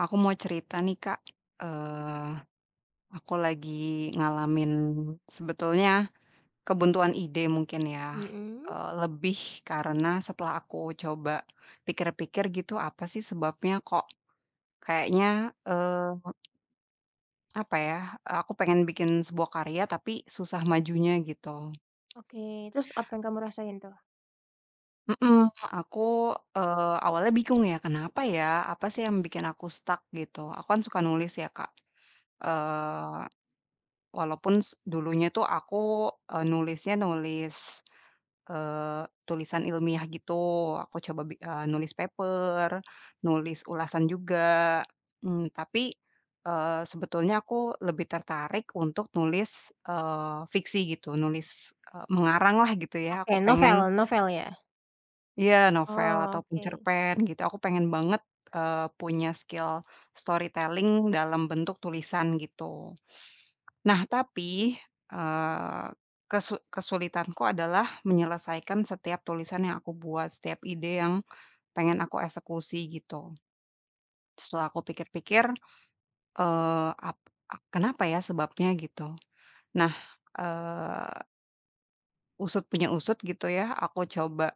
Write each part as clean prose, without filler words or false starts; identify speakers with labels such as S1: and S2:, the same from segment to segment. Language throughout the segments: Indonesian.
S1: Aku mau cerita nih Kak, eee, aku lagi ngalamin sebetulnya kebuntuan ide mungkin ya,
S2: Mhm.
S1: lebih karena setelah aku coba pikir-pikir gitu apa sih sebabnya kok kayaknya, eee, apa ya, aku pengen bikin sebuah karya tapi susah majunya gitu.
S2: Oke, terus apa yang kamu rasain tuh?
S1: Mhm, aku, awalnya bingung ya kenapa ya, apa sih yang bikin aku stuck gitu. Aku kan suka nulis ya Kak, eee, walaupun dulunya tuh aku, nulisnya nulis, eee, tulisan ilmiah gitu, aku coba nulis paper, nulis ulasan juga, tapi, sebetulnya aku lebih tertarik untuk nulis, fiksi gitu, nulis, eh, mengarang lah gitu ya,
S2: Oke,
S1: aku
S2: novel
S1: pengen
S2: novel ya?
S1: ya novel
S2: Oh,
S1: ataupun
S2: oke.
S1: cerpen gitu, aku pengen banget, punya skill storytelling dalam bentuk tulisan gitu. Nah tapi, eee, kesulitanku adalah menyelesaikan setiap tulisan yang aku buat, setiap ide yang pengen aku eksekusi gitu. Setelah aku pikir-pikir, eee, ap ak kenapa ya sebabnya gitu. Nah, eee, usut punya usut gitu ya, aku coba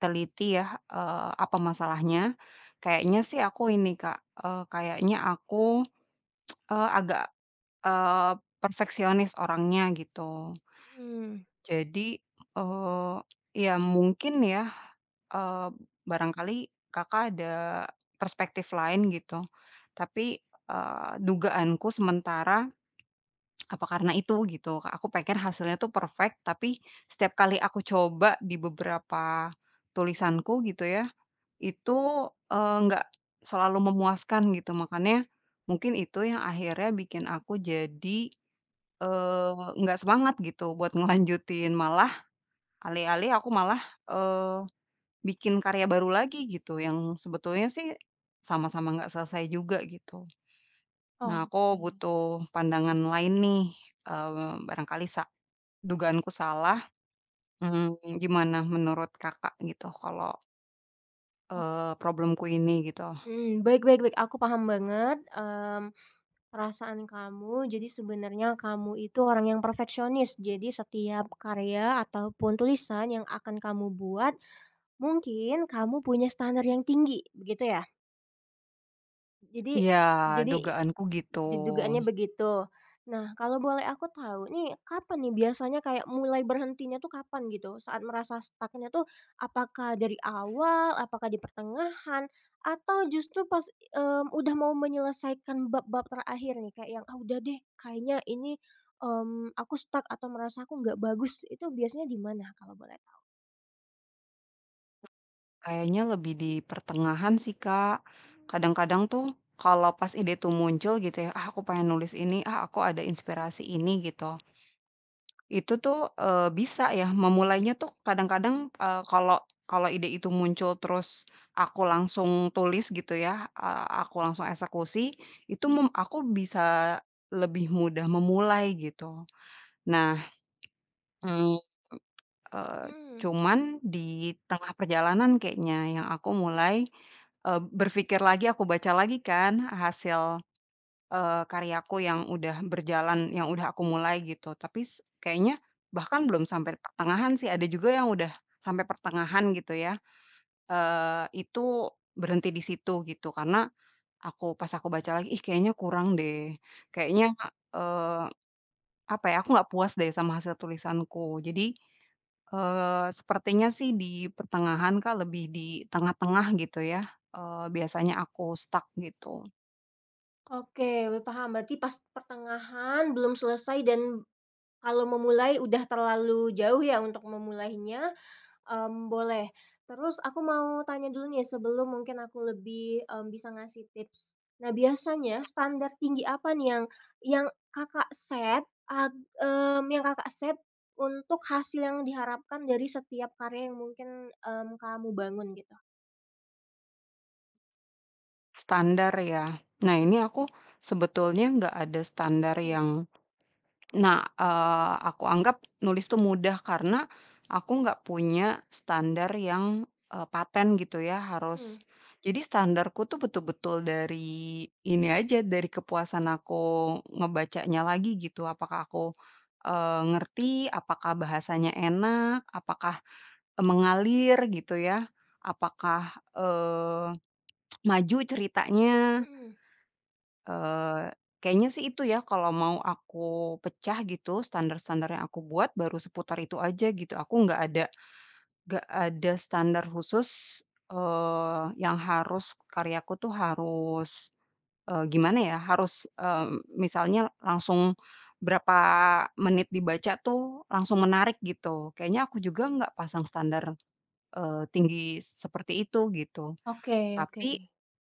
S1: teliti ya, apa masalahnya. Kayaknya sih aku ini Kak, kayaknya aku, agak, eee, perfeksionis orangnya gitu.
S2: Mhm.
S1: Jadi, eee, ya mungkin ya, eee, barangkali Kakak ada perspektif lain gitu. Tapi, dugaanku sementara apa karena itu gitu, Kak, aku pengen hasilnya tuh perfect, tapi setiap kali aku coba di beberapa tulisanku gitu ya, itu, nggak selalu memuaskan gitu. Makanya mungkin itu yang akhirnya bikin aku jadi, eee, nggak semangat gitu buat ngelanjutin, malah alih-alih aku malah, eee, bikin karya baru lagi gitu yang sebetulnya sih sama-sama nggak selesai juga gitu. Nah,
S2: Oke.
S1: aku butuh pandangan lain nih, eee, barangkali sa dugaanku salah, gimana menurut Kakak gitu kalau,
S2: Ok
S1: problemku ini gitu?
S2: Baik, baik, baik, aku paham banget, perasaan kamu. Jadi sebenarnya kamu itu orang yang perfeksionis, jadi setiap karya ataupun tulisan yang akan kamu buat, mungkin kamu punya standar yang tinggi, begitu ya? Jadi
S1: Ya
S2: jadi
S1: dugaanku gitu.
S2: dugaannya begitu. Nah, kalau boleh aku tahu nih, kapan nih biasanya kayak mulai berhentinya tuh kapan gitu? Saat merasa stucknya tuh apakah dari awal, apakah di pertengahan, atau justru pas, udah mau menyelesaikan bab-bab terakhir nih kayak yang, "Ah, udah deh kayaknya ini, mmm, aku stuck atau merasa aku nggak bagus." Itu biasanya di mana kalau boleh tahu?
S1: Kayaknya lebih di pertengahan sih, Kak.
S2: Hmm.
S1: Kadang-kadang tuh kalau pas ide tuh muncul gitu ya, "Ah, aku pengen nulis ini, ah, aku ada inspirasi ini," gitu. Itu tuh, bisa ya memulainya tuh kadang-kadang, kalau kalau ide itu muncul terus aku langsung tulis gitu ya, aku langsung eksekusi, itu mem aku bisa lebih mudah memulai gitu. Nah, Mmm. eee, cuman di tengah perjalanan kayaknya yang aku mulai, berpikir lagi, aku baca lagi kan karyaku yang udah berjalan, yang udah aku mulai gitu, tapi kayaknya bahkan belum sampai pertengahan sih, ada juga yang udah sampai pertengahan gitu ya, itu berhenti di situ gitu. Karena pas aku baca lagi, ih kayaknya kurang deh, kayaknya, eee, apa ya, aku nggak puas deh sama hasil tulisanku. Jadi, sepertinya sih di pertengahan Kak, lebih di tengah-tengah gitu ya, biasanya aku stuck gitu.
S2: Oke, we paham berarti pas pertengahan belum selesai dan kalau memulai udah terlalu jauh ya untuk memulainya, boleh. Terus aku mau tanya dulu nih sebelum mungkin aku lebih, bisa ngasih tips. Nah, biasanya standar tinggi apa nih yang Kakak set ag mmm, yang Kakak set untuk hasil yang diharapkan dari setiap karya yang mungkin, kamu bangun gitu?
S1: Standar ya. Nah, ini aku sebetulnya nggak ada standar
S2: Mhm
S1: yang nah, eee, aku anggap nulis tuh mudah karena aku nggak punya standar yang, paten gitu ya harus
S2: mhm
S1: jadi standarku tuh betul-betul dari ini aja, dari kepuasan aku ngebacanya lagi gitu. Apakah aku, ngerti, apakah bahasanya enak, apakah, mengalir gitu ya, apakah, maju ceritanya.
S2: mhm.
S1: Eee, kayaknya sih itu ya kalau mau aku pecah gitu standar-standar yang aku buat baru seputar itu aja gitu. Aku nggak ada standar khusus, yang harus karyaku tuh harus, gimana ya, harus, misalnya langsung berapa menit dibaca tuh langsung menarik gitu. Kayaknya aku juga nggak pasang standar, tinggi seperti itu gitu.
S2: Oke oke.
S1: Tapi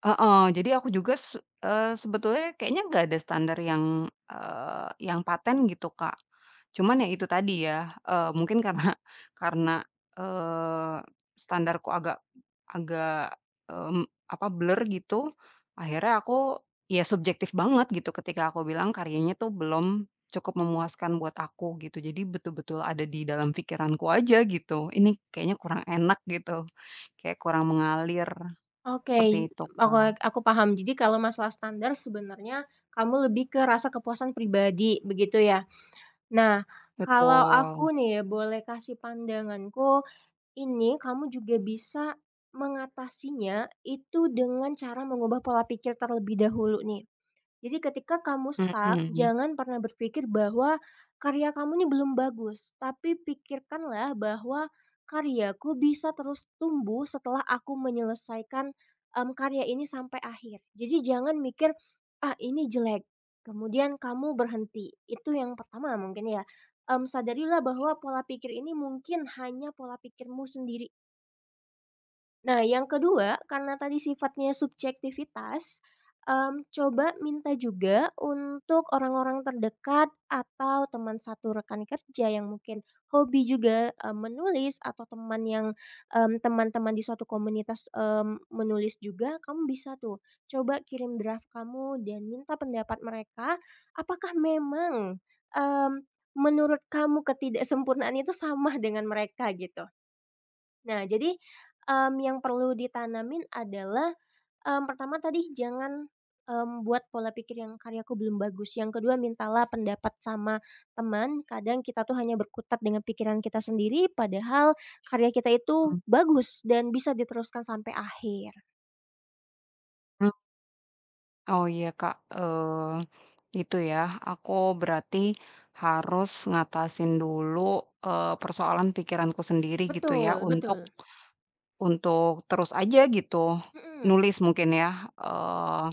S1: heeh, jadi aku juga sebetulnya kayaknya nggak ada standar yang, yang paten gitu, Kak. Cuman ya itu tadi ya, mungkin karena karena, eee, standarku agak agak, mmm, apa, blur gitu, akhirnya aku ya subjektif banget gitu ketika aku bilang karyanya tuh belum cukup memuaskan buat aku gitu. Jadi betul-betul ada di dalam pikiranku aja gitu, ini kayaknya kurang enak gitu, kayak kurang mengalir,
S2: Oke,
S1: seperti itu,
S2: aku
S1: Kak.
S2: aku paham. Jadi kalau masalah standar sebenarnya kamu lebih ke rasa kepuasan pribadi begitu ya? Nah, kalau aku
S1: Betul,
S2: nih ya boleh kasih pandanganku, ini kamu juga bisa mengatasinya itu dengan cara mengubah pola pikir terlebih dahulu nih. Jadi ketika kamu stuck,
S1: mhm,
S2: jangan pernah berpikir bahwa karya kamu ini belum bagus, tapi pikirkanlah bahwa karyaku bisa terus tumbuh setelah aku menyelesaikan karya ini sampai akhir. Jadi jangan mikir, ah ini jelek, kemudian kamu berhenti. Itu yang pertama mungkin ya. Sadarilah bahwa pola pikir ini mungkin hanya pola pikirmu sendiri. Nah, yang kedua, karena tadi sifatnya subjektivitas, coba minta juga untuk orang-orang terdekat atau teman satu rekan kerja yang mungkin hobi juga, menulis atau teman yang, teman-teman di suatu komunitas, mmm, menulis juga, kamu bisa tuh coba kirim draft kamu dan minta pendapat mereka, apakah memang, mmm, menurut kamu ketidaksempurnaan itu sama dengan mereka gitu. Nah, jadi, yang perlu ditanamin adalah, pertama tadi jangan, buat pola pikir yang "Karyaku belum bagus." Yang kedua, mintalah pendapat sama teman, kadang kita tuh hanya berkutat dengan pikiran kita sendiri, padahal karya kita itu
S1: mhm.
S2: bagus dan bisa diteruskan sampai akhir.
S1: Oh iya Kak, itu ya, aku berarti harus ngatasin dulu, persoalan pikiranku sendiri gitu ya,
S2: Betul, betul.
S1: untuk terus aja gitu,
S2: Mhm,
S1: nulis mungkin ya, eee,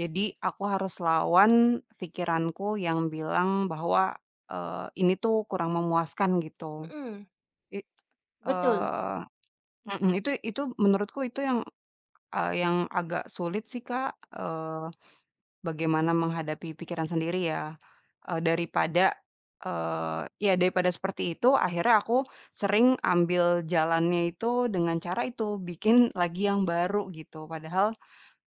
S1: jadi aku harus lawan pikiranku yang bilang bahwa, ini tuh kurang memuaskan gitu.
S2: mhm,
S1: I
S2: betul.
S1: eee, mhm, itu menurutku itu yang yang agak sulit sih, Kak, bagaimana menghadapi pikiran sendiri ya, eee, daripada, ya daripada seperti itu akhirnya aku sering ambil jalannya itu dengan cara itu, bikin lagi yang baru gitu. Padahal,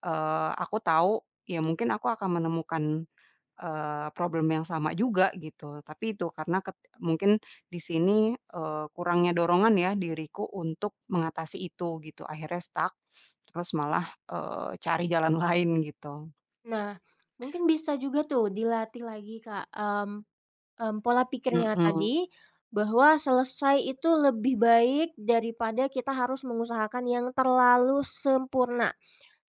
S1: aku tahu ya mungkin aku akan menemukan problem yang sama juga gitu, tapi itu karena mungkin di sini, kurangnya dorongan ya diriku untuk mengatasi itu gitu, akhirnya stuck, terus malah, cari jalan lain gitu.
S2: Nah, mungkin bisa juga tuh dilatih lagi, Kak. Pola pikirnya
S1: Mhm,
S2: tadi, bahwa selesai itu lebih baik daripada kita harus mengusahakan yang terlalu sempurna.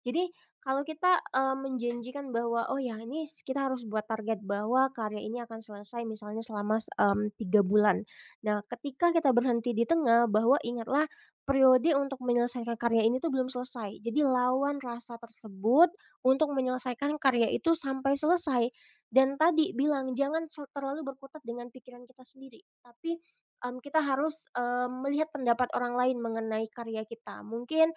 S2: Jadi kalau kita, menjanjikan bahwa, "Oh ya ini kita harus buat target bahwa karya ini akan selesai misalnya selama 3 bulan." Nah, ketika kita berhenti di tengah bahwa ingatlah periode untuk menyelesaikan karya ini tuh belum selesai. Jadi lawan rasa tersebut untuk menyelesaikan karya itu sampai selesai. Dan tadi bilang jangan terlalu berkutat dengan pikiran kita sendiri, tapi, kita harus, melihat pendapat orang lain mengenai karya kita. Mungkin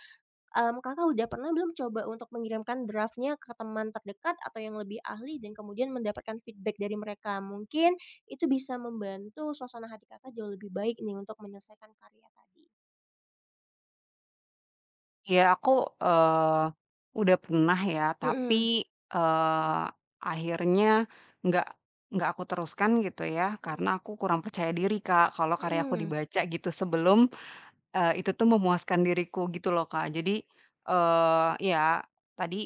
S2: Kakak udah pernah belum coba untuk mengirimkan draftnya ke teman terdekat atau yang lebih ahli dan kemudian mendapatkan feedback dari mereka? Mungkin itu bisa membantu suasana hati Kakak jauh lebih baik nih untuk menyelesaikan karya tadi.
S1: iya aku, eee, udah pernah ya
S2: Mhm.
S1: tapi, eee, akhirnya nggak nggak aku teruskan gitu ya,
S2: Mhm
S1: karena aku kurang percaya diri Kak, kalau karyaku
S2: mhm
S1: dibaca gitu sebelum itu tuh memuaskan diriku gitu loh, Kak. Jadi, ya tadi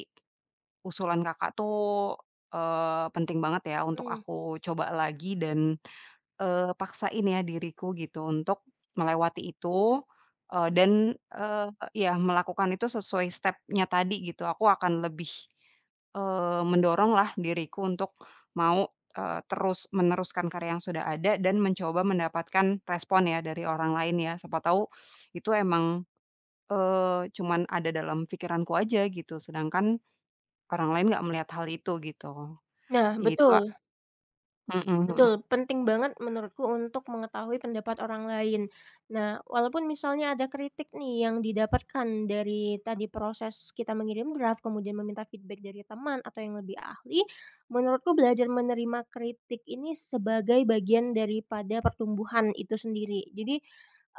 S1: usulan Kakak tuh, penting banget ya untuk
S2: mhm.
S1: aku coba lagi dan, paksain ya diriku gitu untuk melewati itu, eee, dan, eee, ya melakukan itu sesuai step-nya tadi gitu. Aku akan lebih, mendoronglah diriku untuk mau, terus meneruskan karya yang sudah ada dan mencoba mendapatkan respon ya dari orang lain ya. Siapa tahu itu emang cuman ada dalam pikiranku aja gitu, sedangkan orang lain nggak melihat hal itu gitu.
S2: Nah,
S1: Itu a
S2: betul.
S1: mhm, mhm,
S2: Betul, penting banget menurutku untuk mengetahui pendapat orang lain. Nah, walaupun misalnya ada kritik nih yang didapatkan dari tadi proses kita mengirim draft, kemudian meminta feedback dari teman atau yang lebih ahli, menurutku belajar menerima kritik ini sebagai bagian daripada pertumbuhan itu sendiri. Jadi,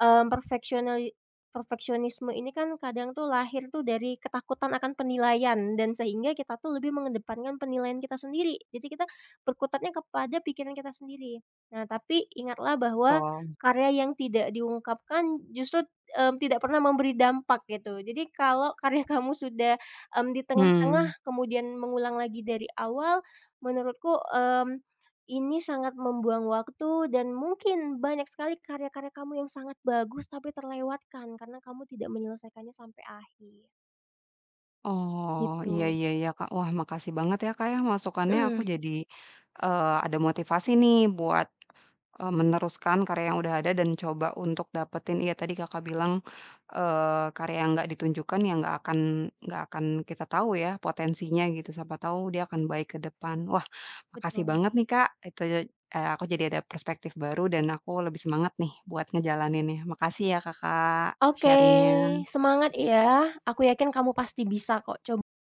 S2: mmm, perfeksionali perfeksionisme ini kan kadang tuh lahir tuh dari ketakutan akan penilaian dan sehingga kita tuh lebih mengedepankan penilaian kita sendiri. Jadi kita berkutatnya kepada pikiran kita sendiri. Nah, tapi ingatlah bahwa
S1: betul.
S2: karya yang tidak diungkapkan justru, tidak pernah memberi dampak gitu. Jadi kalau karya kamu sudah, di
S1: Mmm.
S2: tengah-tengah kemudian mengulang lagi dari awal, menurutku, ini sangat membuang waktu dan mungkin banyak sekali karya-karya kamu yang sangat bagus tapi terlewatkan karena kamu tidak menyelesaikannya sampai akhir,
S1: Oh, iya,
S2: gitu.
S1: iya, iya, Kak. Wah, makasih banget ya, Kak, ya masukannya, aku
S2: Mhm,
S1: jadi, ada motivasi nih buat meneruskan karya yang udah ada dan coba untuk dapetin iya tadi Kakak bilang, karya yang nggak ditunjukkan yang nggak akan kita tahu ya potensinya gitu, siapa tahu dia akan baik ke depan. Wah, makasih
S2: betul.
S1: banget nih Kak, itu, aku jadi ada perspektif baru dan aku lebih semangat nih buat ngejalaninnya. Makasih ya Kakak
S2: Oke,
S1: sharingnya.
S2: semangat ya, aku yakin kamu pasti bisa kok, coba.